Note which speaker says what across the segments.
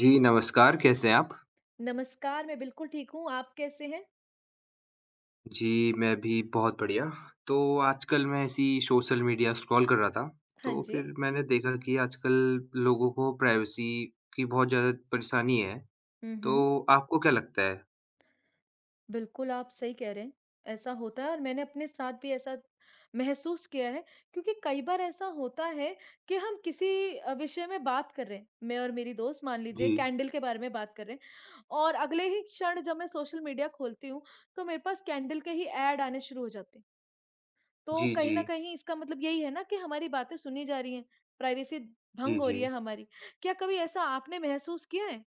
Speaker 1: जी, नमस्कार, कैसे हैं आप?
Speaker 2: नमस्कार, मैं बिल्कुल ठीक हूँ, आप कैसे हैं?
Speaker 1: जी, मैं भी बहुत बढ़िया। तो आजकल मैं ऐसी सोशल मीडिया स्क्रॉल कर रहा था,
Speaker 2: हाँ
Speaker 1: तो
Speaker 2: जी।
Speaker 1: फिर मैंने देखा कि आजकल लोगों को प्राइवेसी की बहुत ज़्यादा परेशानी है,
Speaker 2: हुँ, हुँ।
Speaker 1: तो आपको क्या लगता है?
Speaker 2: बिल्कुल, आप सही कह रहे हैं, ऐसा होता है और मैंने अपने साथ भी ऐसा महसूस किया है क्योंकि कई बार ऐसा होता है कि हम किसी विषय में बात कर रहे हैं, मैं और मेरी दोस्त मान लीजिए
Speaker 1: जी।
Speaker 2: कैंडल के बारे में बात कर रहे हैं और अगले ही क्षण जब मैं सोशल मीडिया खोलती हूँ, तो मेरे पास कैंडल के ही ऐड आने शुरू हो जाते हैं। तो
Speaker 1: जी,
Speaker 2: कहीं
Speaker 1: जी।
Speaker 2: न कहीं इसका मतलब यही है ना कि हमारी बातें सुनी जा रही हैं, प्राइवेसी
Speaker 1: जी,
Speaker 2: भंग हो
Speaker 1: जी।
Speaker 2: रही है हमारी। क्या कभी ऐसा आपने महसूस किया है?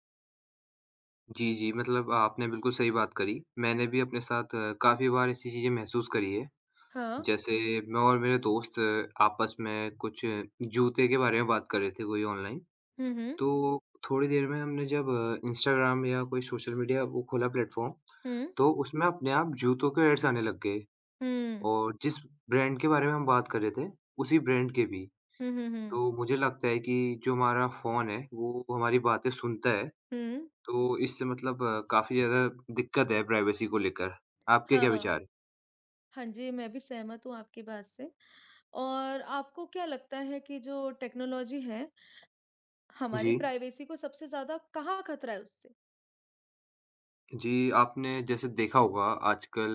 Speaker 1: जी, जी, मतलब आपने बिल्कुल सही बात करी। मैंने भी अपने साथ काफ़ी बार ऐसी चीज़ें महसूस करी है।
Speaker 2: हाँ।
Speaker 1: जैसे मैं और मेरे दोस्त आपस में कुछ जूते के बारे में बात कर रहे थे कोई ऑनलाइन।
Speaker 2: हुँ, हुँ।
Speaker 1: तो थोड़ी देर में हमने जब इंस्टाग्राम या कोई सोशल मीडिया वो खोला प्लेटफ़ॉर्म,
Speaker 2: हुँ।
Speaker 1: तो उसमें अपने आप जूतों के एड्स आने लग गए
Speaker 2: हुँ।
Speaker 1: और जिस ब्रांड के बारे में हम बात कर रहे थे, उसी ब्रांड के भी।
Speaker 2: हुँ, हुँ, हुँ।
Speaker 1: तो मुझे लगता है कि जो हमारा फ़ोन है, वो हमारी बातें सुनता है,
Speaker 2: हुँ।
Speaker 1: तो इससे मतलब काफ़ी ज़्यादा दिक्कत है प्राइवेसी को लेकर। आपके
Speaker 2: हाँ,
Speaker 1: क्या
Speaker 2: हाँ।
Speaker 1: विचार हैं?
Speaker 2: हाँ जी, मैं भी सहमत हूँ आपकी बात से और आपको क्या लगता है कि जो टेक्नोलॉज़ी है,
Speaker 1: जी।
Speaker 2: हमारी प्राइवेसी को सबसे ज़्यादा कहाँ खतरा है उससे?
Speaker 1: जी, आपने जैसे देखा होगा आजकल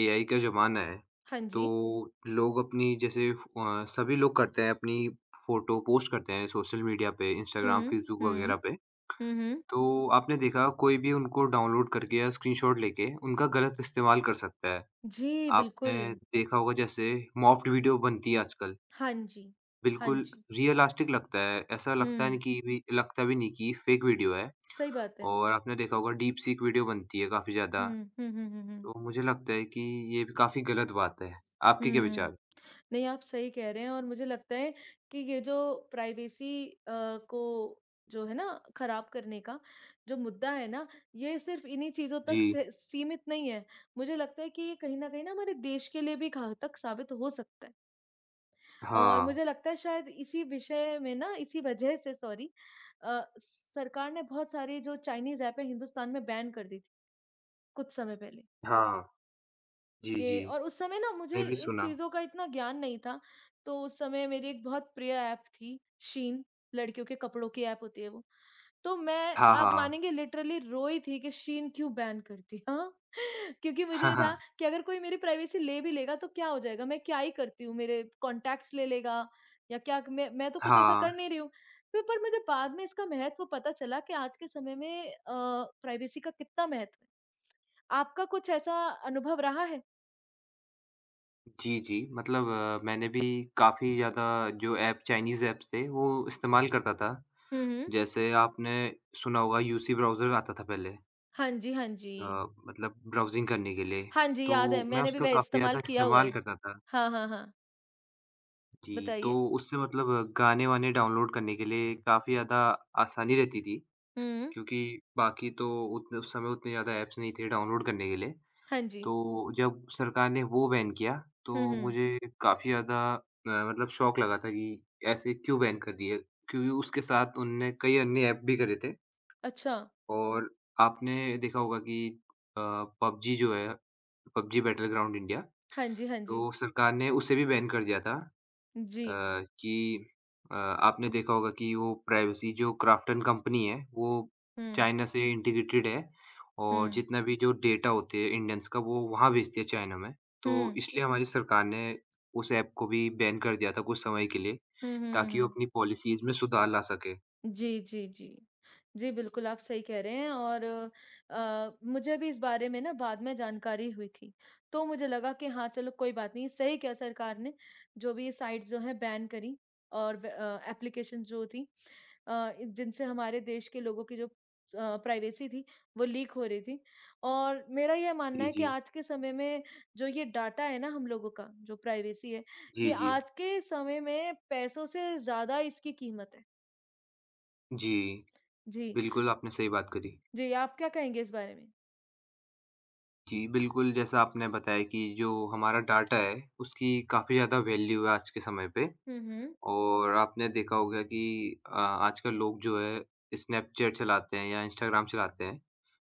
Speaker 1: एआई का ज़माना है,
Speaker 2: हाँ जी।
Speaker 1: तो लोग अपनी जैसे सभी लोग करते हैं अपनी फ़ोटो पोस्ट करते हैं सोशल मीडिया पे, इंस्टाग्राम,
Speaker 2: हुँ,
Speaker 1: फ़ेसबुक वगैरह
Speaker 2: हुँ।
Speaker 1: पे।
Speaker 2: हुँ, हुँ।
Speaker 1: तो आपने देखा कोई भी उनको डाउनलोड करके या स्क्रीनशॉट लेके उनका गलत इस्तेमाल कर सकता है।
Speaker 2: जी, बिल्कुल।
Speaker 1: आपने देखा होगा जैसे मॉफ्ड वीडियो बनती है आजकल,
Speaker 2: हाँ जी। हाँ
Speaker 1: बिल्कुल
Speaker 2: जी।
Speaker 1: रियलिस्टिक लगता है, ऐसा लगता है नहीं
Speaker 2: हुँ।
Speaker 1: कि भी लगता भी नहीं कि फ़ेक वीडियो है
Speaker 2: सही बात है।
Speaker 1: और आपने देखा होगा डीप सीक वीडियो बनती है काफ़ी ज़्यादा।
Speaker 2: हुँ। हुँ, हुँ, हुँ, हुँ।
Speaker 1: तो मुझे लगता है कि ये भी काफ़ी गलत बात है। आपके क्या
Speaker 2: हुँ।
Speaker 1: विचार?
Speaker 2: नहीं, आप सही कह रहे हैं और मुझे लगता है कि ये जो प्राइवेसी को जो है ना खराब करने का जो मुद्दा है ना, ये सिर्फ़ इन्हीं चीज़ों
Speaker 1: जी।
Speaker 2: तक सी सीमित नहीं है। मुझे लगता है कि ये कहीं न कहीं ना हमारे देश के लिए भी घातक साबित हो सकता है। और
Speaker 1: हाँ।
Speaker 2: मुझे लगता है शायद इसी विषय में ना इसी वजह से सॉरी सरकार ने बहुत सारी जो चाइनीज़ ऐप है हिंदुस्तान में बैन कर दी थी, कुछ समय पहले।
Speaker 1: हाँ। जी,
Speaker 2: के
Speaker 1: जी।
Speaker 2: और उस समय ना मुझे
Speaker 1: मैंने भी
Speaker 2: इन
Speaker 1: सुना।
Speaker 2: चीज़ों का इतना ज्ञान नहीं था, तो उस समय मेरी एक बहुत प्रिय ऐप थी, शीन, लड़कियों के कपड़ों की ऐप होती है वो। तो मैं
Speaker 1: हाँ,
Speaker 2: आप
Speaker 1: हाँ।
Speaker 2: मानेंगे लिटरली रोई थी कि शीन क्यों बैन कर दिया? क्योंकि
Speaker 1: हाँ,
Speaker 2: मुझे था
Speaker 1: हाँ।
Speaker 2: कि अगर कोई मेरी प्राइवेसी ले भी लेगा तो क्या हो जाएगा? मैं क्या ही करती हूँ, मेरे कॉन्टैक्ट्स ले लेगा या क्या मैं तो कुछ ऐसा कर
Speaker 1: हाँ।
Speaker 2: नहीं रही हूँ। फिर पर मुझे बाद में इसका महत्व पता चला कि आज के समय में प्राइवेसी का कितना महत्व है। आपका कुछ ऐसा अनुभव रहा है?
Speaker 1: जी, जी। मतलब मैंने भी काफ़ी ज़्यादा जो ऐप चाइनीज़ ऐप्स थे वो इस्तेमाल करता था।
Speaker 2: हुँ, हुँ।
Speaker 1: जैसे आपने सुना होगा यूसी ब्राउज़र आता था पहले
Speaker 2: हाँ जी, हाँ
Speaker 1: अ,
Speaker 2: जी।
Speaker 1: मतलब ब्राउज़िंग करने के लिए।
Speaker 2: हाँ जी,
Speaker 1: तो
Speaker 2: याद है
Speaker 1: मैं
Speaker 2: मैंने भी
Speaker 1: उसका
Speaker 2: वह
Speaker 1: काफ़ी ज़्यादा
Speaker 2: इस्तेमाल किया हुआ
Speaker 1: इस्तेमाल
Speaker 2: है।
Speaker 1: करता था।
Speaker 2: हाँ, हाँ, हाँ,
Speaker 1: जी, तो
Speaker 2: बताइए?
Speaker 1: उससे मतलब गाने-वाने डाउनलोड करने के लिए काफ़ी ज़्यादा आसानी रहती थी।
Speaker 2: हुँ,
Speaker 1: क्योंकि बाकी तो उतने उस समय उतने ज़्यादा ऐप्स नहीं थे डाउनलोड करने के लिए।
Speaker 2: हाँ जी।
Speaker 1: तो जब सरकार ने वो बैन किया,
Speaker 2: हुँ,
Speaker 1: तो
Speaker 2: हुँ।
Speaker 1: मुझे काफ़ी ज़्यादा मतलब शॉक लगा था कि ऐसे क्यों बैन कर दिए? क्योंकि उसके साथ उनने कई अन्य ऐप भी करे थे
Speaker 2: अच्छा।
Speaker 1: और आपने देखा होगा कि अ, पबजी जो है, पबजी बैटल ग्राउंड इंडिया,
Speaker 2: हाँ जी, हाँ जी।
Speaker 1: तो सरकार ने उसे भी बैन कर दिया था।
Speaker 2: जी।
Speaker 1: अ, कि आपने देखा होगा कि वो प्राइवेसी जो क्राफ्टन कंपनी है, वो
Speaker 2: हुँ,
Speaker 1: चाइना से इंटीग्रेटेड है और
Speaker 2: हुँ,
Speaker 1: जितना भी जो डेटा होते हैं इंडियंस का वो वहाँ भेजती है चाइना में। तो
Speaker 2: हुँ।
Speaker 1: इसलिए हमारी सरकार ने उस ऐप को भी बैन कर दिया था कुछ समय के लिए,
Speaker 2: हुँ, हुँ, हुँ,
Speaker 1: ताकि वो
Speaker 2: हुँ।
Speaker 1: अपनी पॉलिसीज़ में सुधार ला सके।
Speaker 2: जी, जी, जी। जी, बिल्कुल आप सही कह रहे हैं और मुझे भी इस बारे में ना बाद में जानकारी हुई थी। तो मुझे लगा कि हाँ, चलो कोई बात नहीं, सही किया सरकार ने जो भी ये साइट्स जो हैं बैन करी और व एप्लीकेशन जो थी जिनसे हमारे देश के लोगों की जो प्राइवेसी थी वो लीक हो रही थी। और मेरा ये मानना
Speaker 1: जी,
Speaker 2: है कि
Speaker 1: जी।
Speaker 2: आज के समय में जो ये डाटा है ना हम लोगों का, जो प्राइवेसी है,
Speaker 1: जी,
Speaker 2: ये
Speaker 1: जी।
Speaker 2: आज के समय में पैसों से ज़्यादा इसकी कीमत है।
Speaker 1: जी,
Speaker 2: जी।
Speaker 1: बिल्कुल आपने सही बात करी।
Speaker 2: जी, आप क्या कहेंगे इस बारे में?
Speaker 1: जी, बिल्कुल जैसा आपने बताया कि जो हमारा डाटा है उसकी काफ़ी ज़्यादा वैल्यू है आज के समय पे।
Speaker 2: हुँ, हुँ।
Speaker 1: और आपने देखा होगा कि आजकल लोग जो है स्नैपचैट चलाते हैं या इंस्टाग्राम चलाते हैं।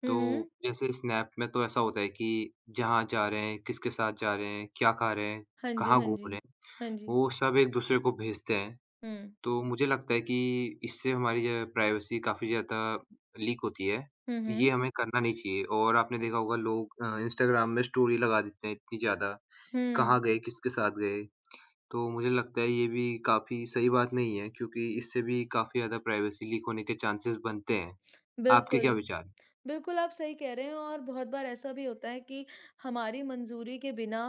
Speaker 2: हुँ,
Speaker 1: तो
Speaker 2: हुँ।
Speaker 1: जैसे स्नैप में तो ऐसा होता है कि जहाँ जा रहे हैं, किसके साथ जा रहे हैं, क्या खा रहे हैं,
Speaker 2: हाँ जी,
Speaker 1: कहाँ
Speaker 2: हाँ
Speaker 1: घूम
Speaker 2: जी।
Speaker 1: रहे हैं,
Speaker 2: हाँ जी।
Speaker 1: वो सब एक-दूसरे को भेजते हैं।
Speaker 2: हुँ।
Speaker 1: तो मुझे लगता है कि इससे हमारी जो प्राइवेसी काफ़ी ज़्यादा लीक होती है।
Speaker 2: हुँ,
Speaker 1: तो ये
Speaker 2: हुँ।
Speaker 1: हमें करना नहीं चाहिए और आपने देखा होगा लोग इंस्टाग्राम में स्टोरी लगा देते हैं इतनी ज़्यादा,
Speaker 2: हुँ,
Speaker 1: कहाँ गए, किसके साथ गए। तो मुझे लगता है ये भी काफ़ी सही बात नहीं है क्योंकि इससे भी काफ़ी ज़्यादा प्राइवेसी लीक होने के चांसेस बनते हैं। आपके
Speaker 2: बिल्कुल।
Speaker 1: क्या विचार हैं?
Speaker 2: बिल्कुल, आप सही कह रहे हैं और बहुत बार ऐसा भी होता है कि हमारी मंज़ूरी के बिना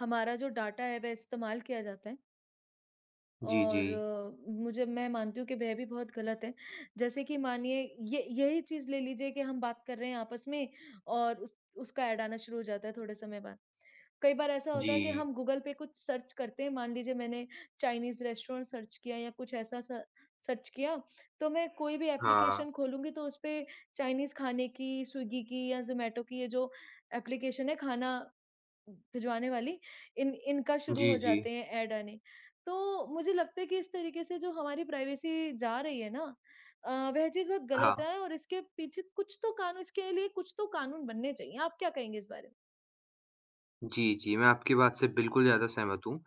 Speaker 2: हमारा जो डाटा है वह इस्तेमाल किया जाता है।
Speaker 1: जी, जी।
Speaker 2: और मुझे मैं मानती हूँ कि वह भी बहुत गलत है। जैसे कि मानिए ये यही चीज़ ले लीजिए कि हम बात कर रहे हैं आपस में और उस उसका ऐड आना शुरू हो जाता है थोड़े समय बाद। कई बार ऐसा होता है कि
Speaker 1: जी।
Speaker 2: हम गूगल पे कुछ सर्च करते हैं, मान लीजिए मैंने चाइनीज़ रेस्टोरेंट सर्च किया या कुछ ऐसा स सर्च किया, तो मैं कोई भी
Speaker 1: हाँ।
Speaker 2: एप्लीकेशन खोलूँगी तो उसपे चाइनीज़ खाने की, स्विगी की या ज़ोमैटो की ये जो एप्लीकेशन है खाना भिजवाने वाली इन इनका शुरू
Speaker 1: जी,
Speaker 2: हो
Speaker 1: जी।
Speaker 2: जाते हैं ऐड आने। तो मुझे लगता है कि इस तरीके से जो हमारी प्राइवेसी जा रही है ना वह चीज़ बहुत
Speaker 1: हाँ।
Speaker 2: गलत है और इसके पीछे कुछ तो कानून इसके लिए कुछ तो कानून बनने चाहिए। आप क्या कहेंगे इस बारे में?
Speaker 1: जी, जी, मैं आपकी बात से बिल्कुल ज़्यादा सहमत हूँ।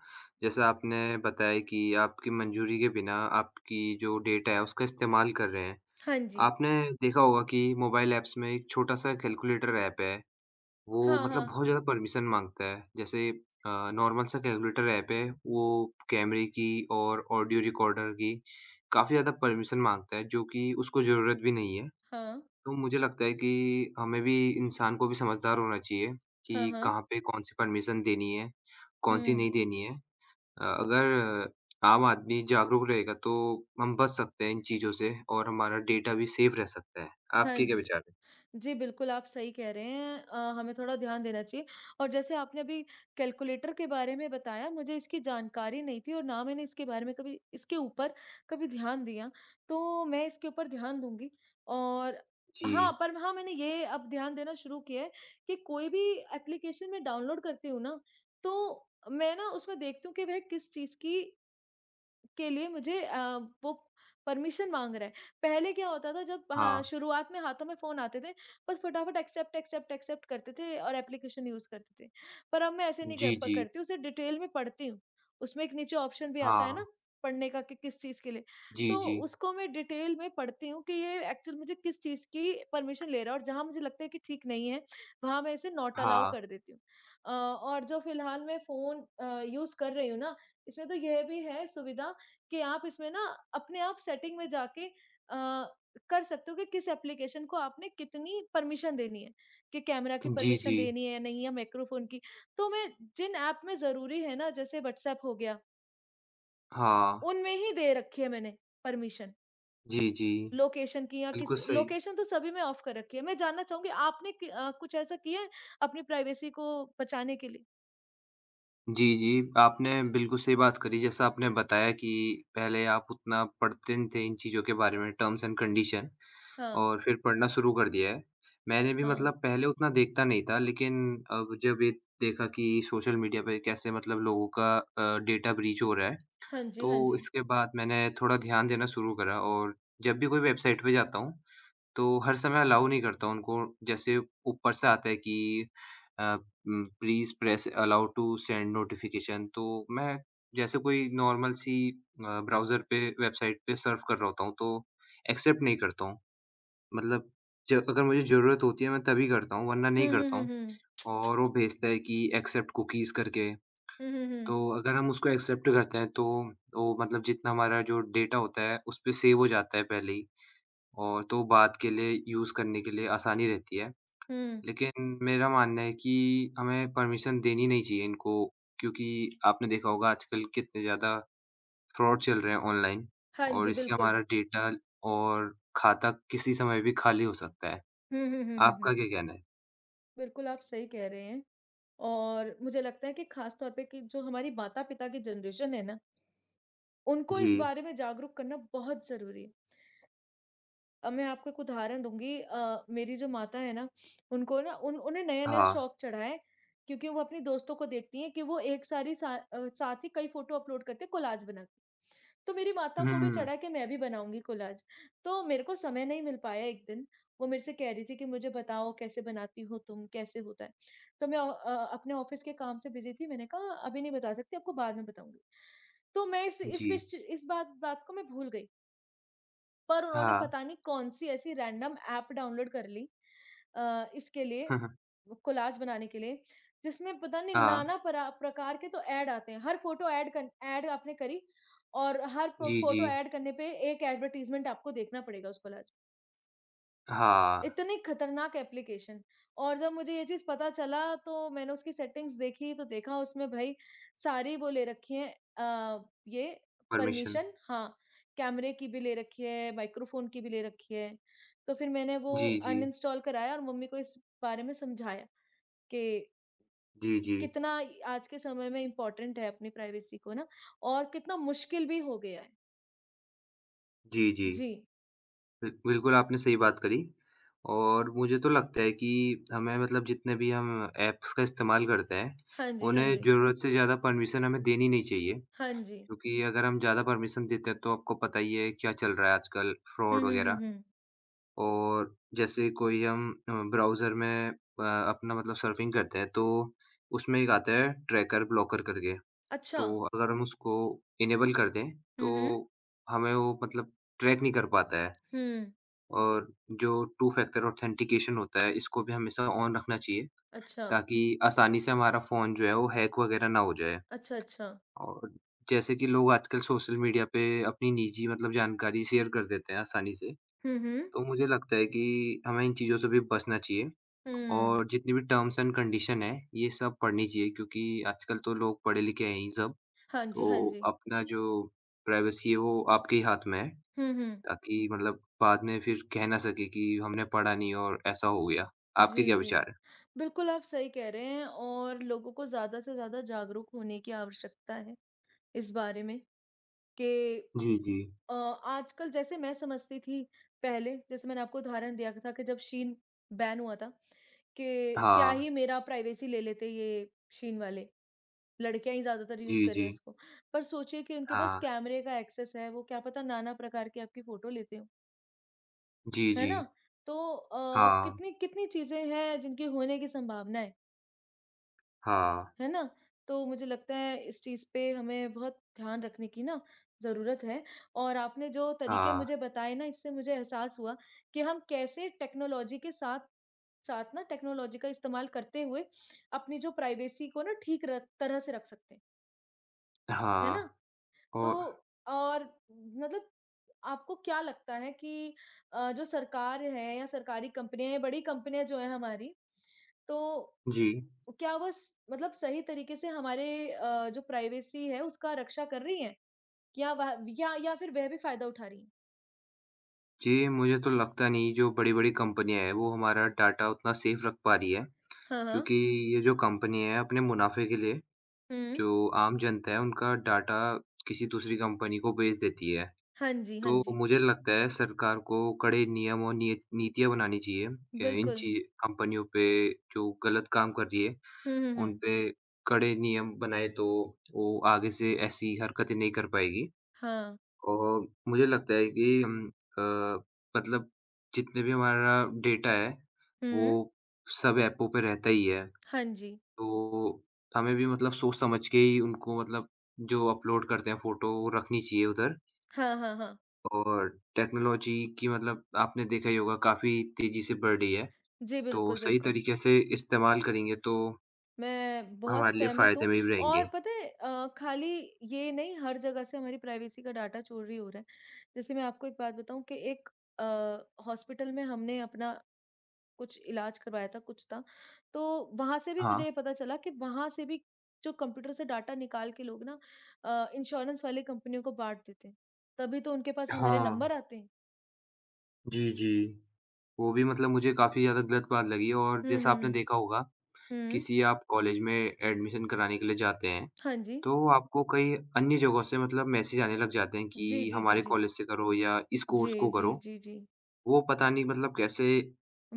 Speaker 1: जैसा आपने बताया कि आपकी मंजूरी के बिना आपकी जो डेटा है उसका इस्तेमाल कर रहे हैं।
Speaker 2: हाँ जी।
Speaker 1: आपने देखा होगा कि मोबाइल ऐप्स में एक छोटा-सा कैलकुलेटर ऐप है। वो
Speaker 2: हाँ,
Speaker 1: मतलब
Speaker 2: हाँ।
Speaker 1: बहुत ज़्यादा परमिशन माँगता है। जैसे नॉर्मल सा कैलकुलेटर ऐप है, वो कैमरे की और ऑडियो रिकॉर्डर की काफ़ी ज़्यादा परमिशन माँगता है, जो कि उसको ज़रूरत भी नहीं है।
Speaker 2: हाँ।
Speaker 1: तो मुझे लगता है कि हमें भी इंसान को भी समझदार होना चाहिए
Speaker 2: हाँ,
Speaker 1: कि
Speaker 2: हाँ।
Speaker 1: कहाँ पे कौन-सी परमिशन देनी है, कौन-सी
Speaker 2: हुँ।
Speaker 1: नहीं देनी है। अगर आम आदमी जागरूक रहेगा, तो हम बच सकते हैं इन चीज़ों से और हमारा डेटा भी सेफ रह सकता है।
Speaker 2: हाँ
Speaker 1: आपके क्या
Speaker 2: जी।
Speaker 1: विचार हैं?
Speaker 2: जी, बिल्कुल, आप सही कह रहे हैं। हमें थोड़ा ध्यान देना चाहिए और जैसे आपने अभी कैलकुलेटर के बारे में बताया, मुझे इसकी जानकारी नहीं थी और ना मैंने इसके बारे में कभी इसके ऊपर कभी ध्यान दिया, तो मैं इसके ऊपर ध्यान दूँगी। और हाँ,
Speaker 1: जी।
Speaker 2: पर हाँ, मैंने ये अब ध्यान देना शुरू किया है कि कोई भी एप्लीकेशन मैं डाउनलोड करती हूँ ना, तो मैं ना उसमें देखती हूँ कि वह किस चीज़ की के लिए मुझे वो परमिशन माँग रहा है। पहले क्या होता था जब
Speaker 1: हाँ।
Speaker 2: हाँ, शुरुआत में हाथों में फ़ोन आते थे, बस फटाफट एक्सेप्ट, एक्सेप्ट, एक्सेप्ट करते थे और एप्लीकेशन यूज़ करते थे। पर अब मैं ऐसे नहीं कर
Speaker 1: जी,
Speaker 2: प
Speaker 1: जी।
Speaker 2: करती, उसे डिटेल में पढ़ती हूँ। उसमें एक नीचे ऑप्शन भी आता है ना,
Speaker 1: हाँ।
Speaker 2: पढ़ने का कि किस चीज़ के लिए।
Speaker 1: जी,
Speaker 2: तो
Speaker 1: जी।
Speaker 2: उसको मैं डिटेल में पढ़ती हूँ कि ये एक्चुअल मुझे किस चीज़ की परमिशन ले रहा है और जहाँ मुझे लगता है कि ठीक नहीं है, वहाँ मैं इसे नॉट अलाउ
Speaker 1: हाँ।
Speaker 2: कर देती हूँ। और जो फ़िलहाल मैं फ़ोन यूज़ कर रही हूँ ना, इसमें तो यह भी है सुविधा कि आप इसमें ना अपने आप सेटिंग में जाके कर सकते हो कि किस एप्लीकेशन को आपने कितनी परमिशन देनी है, कि कैमरा की
Speaker 1: जी,
Speaker 2: परमिशन
Speaker 1: जी।
Speaker 2: देनी है या नहीं या माइक्रोफ़ोन की। तो मैं जिन ऐप में ज़रूरी है ना जैसे व्हाट्सऐप हो गया,
Speaker 1: हाँ।
Speaker 2: उनमें ही दे रखी है मैंने परमिशन।
Speaker 1: जी, जी।
Speaker 2: लोकेशन की या
Speaker 1: बिल्कुल
Speaker 2: किसी
Speaker 1: सही।
Speaker 2: लोकेशन तो सभी में ऑफ कर रखी है। मैं जानना चाहूँगी आपने कि कुछ ऐसा किया है अपनी प्राइवेसी को बचाने के लिए?
Speaker 1: जी, जी। आपने बिल्कुल सही बात करी जैसा आपने बताया कि पहले आप उतना पढ़ते नहीं थे इन चीज़ों के बारे में टर्म्स एंड कंडीशन
Speaker 2: हाँ,
Speaker 1: और फिर पढ़ना शुरू कर दिया है। मैंने भी मतलब
Speaker 2: हाँ।
Speaker 1: पहले उतना देखता नहीं था लेकिन अब जब ये देखा कि सोशल मीडिया पे कैसे मतलब लोगों का डेटा ब्रीच हो रहा है,
Speaker 2: हाँ जी, हाँ
Speaker 1: तो
Speaker 2: जी।
Speaker 1: इसके बाद मैंने थोड़ा ध्यान देना शुरू करा और जब भी कोई वेबसाइट पे जाता हूँ तो हर समय अलाउ नहीं करता उनको जैसे ऊपर से आता है कि अ, please press allow to send notification तो मैं जैसे कोई नॉर्मल सी ब्राउज़र पे वेबसाइट पे सर्फ़ कर रहा होता हूँ तो एक्सेप्ट नहीं करता हूँ। मतलब ज अगर मुझे ज़रूरत होती है मैं तभी करता हूँ वरना नहीं
Speaker 2: हुँ, हुँ,
Speaker 1: करता
Speaker 2: हुँ,
Speaker 1: हूँ
Speaker 2: हुँ।
Speaker 1: और वो भेजता है कि एक्सेप्ट कुकीज़ करके।
Speaker 2: हुँ, हुँ, हुँ।
Speaker 1: तो अगर हम उसको एक्सेप्ट करते हैं तो वो मतलब जितना हमारा जो डेटा होता है उस पे सेव हो जाता है पहले ही। और तो बात के लिए यूज़ करने के लिए आसानी रहती है।
Speaker 2: हुँ।
Speaker 1: लेकिन मेरा मानना है कि हमें परमिशन देनी नहीं चाहिए इनको, क्योंकि आपने देखा होगा आजकल कितने ज़्यादा फ्रॉड चल रहे हैं ऑनलाइन
Speaker 2: हाँ
Speaker 1: और
Speaker 2: जी,
Speaker 1: इससे
Speaker 2: बिल्कुल।
Speaker 1: हमारा डेटा और खाता किसी समय भी खाली हो सकता है।
Speaker 2: हुँ, हुँ, हुँ, हुँ,
Speaker 1: आपका
Speaker 2: हुँ।
Speaker 1: क्या कहना है?
Speaker 2: बिल्कुल, आप सही कह रहे हैं और मुझे लगता है कि ख़ास तौर पे कि जो हमारी माता-पिता की जनरेशन है ना, उनको इस
Speaker 1: जी,
Speaker 2: बारे में जागरूक करना बहुत ज़रूरी है। अब मैं आपको एक उदाहरण दूँगी मेरी जो माता है ना, उनको ना उन उन्हें नया-नया
Speaker 1: हाँ।
Speaker 2: शौक चढ़ा है क्योंकि वो अपनी दोस्तों को देखती हैं कि वो एक सारी सा साथ ही कई फ़ोटो अपलोड करके कोलाज बनाती हैं। तो मेरी माता को भी
Speaker 1: हुँ,
Speaker 2: चढ़ा कि मैं भी बनाऊँगी कोलाज। तो मेरे को समय नहीं मिल पाया एक दिन, वो मेरे से कह रही थी कि मुझे बताओ कैसे बनाती हो तुम, कैसे होता है? तो मैं अपने ऑफ़िस के काम से बिज़ी थी, मैंने कहा अभी नहीं बता सकती, आपको बाद में बताऊँगी। तो मैं इस
Speaker 1: जी,
Speaker 2: विश इस बात बात को मैं भूल गई। पर उन्होंने
Speaker 1: हाँ।
Speaker 2: पता नहीं कौन-सी ऐसी रैंडम ऐप डाउनलोड कर ली इसके लिए कोलाज बनाने के लिए, जिसमें पता नहीं
Speaker 1: हाँ,
Speaker 2: नाना परा प्रकार के तो ऐड आते हैं। हर फ़ोटो ऐड आपने करी और हर
Speaker 1: जी, जी।
Speaker 2: फ़ोटो ऐड करने पे एक एडवर्टाइज़मेंट आपको देखना पड़ेगा उस कोलाज
Speaker 1: हाँ,
Speaker 2: इतनी खतरनाक एप्लीकेशन और जब मुझे ये चीज़ पता चला तो मैंने उसकी सेटिंग्स देखी तो देखा उसमें भई सारी वो ले रखी है अ, ये
Speaker 1: परमिशन।
Speaker 2: परमिशन हाँ, कैमरे की भी ले रखी है, माइक्रोफ़ोन की भी ले रखी है। तो फिर मैंने वो
Speaker 1: जी, जी।
Speaker 2: अनइंस्टॉल कराया और मम्मी को इस बारे में समझाया कि
Speaker 1: जी, जी।
Speaker 2: कितना आज के समय में इम्पोर्टेंट है अपनी प्राइवेसी को ना और कितना मुश्किल भी हो गया है।
Speaker 1: जी, जी।
Speaker 2: जी।
Speaker 1: बिल्कुल, आपने सही बात करी और मुझे तो लगता है कि हमें मतलब जितने भी हम ऐप्स का इस्तेमाल करते हैं,
Speaker 2: हाँ जी, हाँ
Speaker 1: उन्हें
Speaker 2: जी।
Speaker 1: ज़रूरत से ज़्यादा परमिशन हमें देनी नहीं चाहिए,
Speaker 2: हाँ जी।
Speaker 1: क्योंकि अगर हम ज़्यादा परमिशन देते हैं तो आपको पता ही है क्या चल रहा है आजकल
Speaker 2: हुँ,
Speaker 1: फ्रॉड
Speaker 2: हुँ, हुँ,
Speaker 1: वगैरह।
Speaker 2: हुँ।
Speaker 1: और जैसे कोई हम ब्राउज़र में अपना मतलब सर्फिंग करते हैं, तो उसमें एक आता है ट्रैकर ब्लॉकर करके,
Speaker 2: अच्छा।
Speaker 1: तो अगर हम उसको इनेबल कर दें,
Speaker 2: हुँ, हुँ।
Speaker 1: तो हमें वो मतलब ट्रैक नहीं कर पाता है।
Speaker 2: हुँ।
Speaker 1: और जो टू फैक्टर ऑथेंटिकेशन होता है, इसको भी हमेशा ऑन रखना चाहिए,
Speaker 2: अच्छा,
Speaker 1: ताकि आसानी से हमारा फ़ोन जो है, वो हैक वगैरह ना हो जाए।
Speaker 2: अच्छा, अच्छा।
Speaker 1: और जैसे कि लोग आजकल सोशल मीडिया पे अपनी निजी मतलब जानकारी शेयर कर देते हैं आसानी से,
Speaker 2: हुँ, हुँ।
Speaker 1: तो मुझे लगता है कि हमें इन चीज़ों से भी बचना चाहिए
Speaker 2: हुँ।
Speaker 1: और जितनी भी टर्म्स एंड कंडीशन है, ये सब पढ़नी चाहिए क्योंकि आजकल तो लोग पढ़े-लिखे हैं ही सब,
Speaker 2: हाँ जी, हाँ
Speaker 1: तो
Speaker 2: जी।
Speaker 1: अपना जो प्राइवेसी है, वो आपके ही हाथ में है।
Speaker 2: हुँ, हुँ।
Speaker 1: ताकि मतलब बाद में फिर कह ना सके कि हमने पढ़ा नहीं और ऐसा हो गया। आपके
Speaker 2: जी,
Speaker 1: क्या
Speaker 2: जी।
Speaker 1: विचार हैं?
Speaker 2: बिल्कुल, आप सही कह रहे हैं और लोगों को ज़्यादा से ज़्यादा जागरूक होने की आवश्यकता है इस बारे में कि
Speaker 1: जी, जी।
Speaker 2: आजकल जैसे मैं समझती थी पहले, जैसे मैंने आपको उदाहरण दिया था कि जब शीन बैन हुआ था कि क्या
Speaker 1: हाँ।
Speaker 2: ही मेरा प्राइवेसी ले लेते ये शीन वाले, लड़कियाँ ही ज़्यादातर यूज़
Speaker 1: जी,
Speaker 2: कर रही
Speaker 1: जी।
Speaker 2: हैं इसको। पर सोचिए कि उनके पास
Speaker 1: हाँ।
Speaker 2: कैमरे का एक्सेस है, वो क्या पता नाना प्रकार की आपकी फ़ोटो लेते हों।
Speaker 1: जी,
Speaker 2: है
Speaker 1: जी।
Speaker 2: ना? तो
Speaker 1: हाँ,
Speaker 2: कितनी कितनी चीज़ें हैं जिनके होने की संभावना
Speaker 1: हाँ,
Speaker 2: है ना? तो मुझे लगता है इस चीज़ पे हमें बहुत ध्यान रखने की ना ज़रूरत है और आपने जो तरीके
Speaker 1: हाँ,
Speaker 2: मुझे बताए ना इससे मुझे एहसास हुआ कि हम कैसे टेक्नोलॉजी के साथ साथ ना टेक्नोलॉजी का इस्तेमाल करते हुए अपनी जो प्राइवेसी को ना ठीक रख तरह से रख सकते हैं, है ना?
Speaker 1: हाँ
Speaker 2: तो
Speaker 1: और
Speaker 2: और मतलब आपको क्या लगता है कि जो सरकार है या सरकारी कंपनियाँ या बड़ी कंपनियाँ जो हैं हमारी, तो
Speaker 1: जी।
Speaker 2: क्या वो स मतलब सही तरीके से हमारे जो प्राइवेसी है उसका रक्षा कर रही हैं? या वह या फिर वह भी फ़ायदा उठा रही हैं?
Speaker 1: जी, मुझे तो लगता नहीं जो बड़ी-बड़ी कंपनियाँ हैं वो हमारा डाटा उतना सेफ रख पा रही है,
Speaker 2: हाँ, हाँ।
Speaker 1: क्योंकि ये जो कंपनी है अपने मुनाफ़े के लिए
Speaker 2: हुँ।
Speaker 1: जो आम जनता है उनका डाटा किसी दूसरी कंपनी को बेच देती है।
Speaker 2: हाँ जी, हाँ
Speaker 1: तो
Speaker 2: जी।
Speaker 1: मुझे लगता है सरकार को कड़े नियम और नियत नीतियाँ बनानी चाहिए। अ, इन
Speaker 2: बिल्कुल।
Speaker 1: ची कंपनियों पे जो गलत काम कर रही है,
Speaker 2: हुँ, हुँ,
Speaker 1: उन
Speaker 2: हुँ।
Speaker 1: पे कड़े नियम बनाए तो वो आगे से ऐसी हरकतें नहीं कर पाएगी।
Speaker 2: हाँ।
Speaker 1: और मुझे लगता है कि हम अ, मतलब जितने भी हमारा डेटा है, वो
Speaker 2: हुँ।
Speaker 1: सब ऐपों पे रहता ही है।
Speaker 2: हाँ जी।
Speaker 1: तो हमें भी मतलब सोच समझ के ही उनको मतलब जो अपलोड करते हैं फ़ोटो, वो रखनी चाहिए उधर।
Speaker 2: हाँ, हाँ, हाँ।
Speaker 1: और टेक्नोलॉजी की मतलब आपने देखा ही होगा काफ़ी तेज़ी से बढ़ रही है,
Speaker 2: जी,
Speaker 1: तो
Speaker 2: बिल्कुल,
Speaker 1: सही
Speaker 2: बिल्कुल।
Speaker 1: तरीके से इस्तेमाल करेंगे तो
Speaker 2: मैं बहुत
Speaker 1: हमारे लिए
Speaker 2: सहमत
Speaker 1: फ़ायदे
Speaker 2: हूँ
Speaker 1: में भी
Speaker 2: और
Speaker 1: रहेंगे।
Speaker 2: पता है खाली ये नहीं हर जगह से हमारी प्राइवेसी का डाटा चोरी हो रहा है। जैसे मैं आपको एक बात बताऊँ कि एक हॉस्पिटल में हमने अपना कुछ इलाज करवाया था, कुछ था, तो वहाँ से भी
Speaker 1: हाँ।
Speaker 2: मुझे ये पता चला कि वहाँ से भी जो कंप्यूटर से डाटा निकाल के लोग ना इंश्योरेंस वाली कंपनियों को बाँट देते हैं। तभी तो उनके पास हमारे
Speaker 1: हाँ।
Speaker 2: नंबर आते हैं।
Speaker 1: जी, जी। वो भी मतलब मुझे काफ़ी ज़्यादा गलत बात लगी और
Speaker 2: हुँ,
Speaker 1: जैसा
Speaker 2: हुँ,
Speaker 1: आपने
Speaker 2: हुँ।
Speaker 1: देखा होगा,
Speaker 2: हुँ।
Speaker 1: किसी आप कॉलेज में एडमिशन कराने के लिए जाते हैं,
Speaker 2: हाँ जी।
Speaker 1: तो आपको कई अन्य जगहों से मतलब मैसेज आने लग जाते हैं
Speaker 2: जी,
Speaker 1: कि
Speaker 2: जी, जी,
Speaker 1: हमारे
Speaker 2: जी।
Speaker 1: कॉलेज से करो या इस
Speaker 2: जी,
Speaker 1: कोर्स को
Speaker 2: जी,
Speaker 1: करो।
Speaker 2: जी, जी।
Speaker 1: वो पता नहीं मतलब कैसे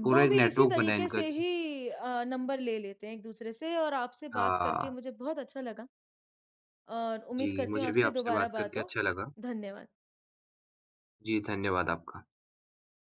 Speaker 1: पूरा
Speaker 2: वो
Speaker 1: एक
Speaker 2: भी इसी
Speaker 1: नेटवर्क बना है
Speaker 2: तरीके
Speaker 1: इनका
Speaker 2: से
Speaker 1: कि
Speaker 2: ही नंबर ले लेते हैं एक-दूसरे से और आपसे बात करके
Speaker 1: हाँ।
Speaker 2: मुझे बहुत अच्छा लगा और
Speaker 1: जी,
Speaker 2: उम्मीद करती हूँ
Speaker 1: मुझे भी
Speaker 2: आपसे
Speaker 1: आपसे
Speaker 2: दोबारा
Speaker 1: बात
Speaker 2: बात
Speaker 1: करके
Speaker 2: हो।
Speaker 1: अच्छा लगा।
Speaker 2: धन्यवाद।
Speaker 1: जी, धन्यवाद आपका।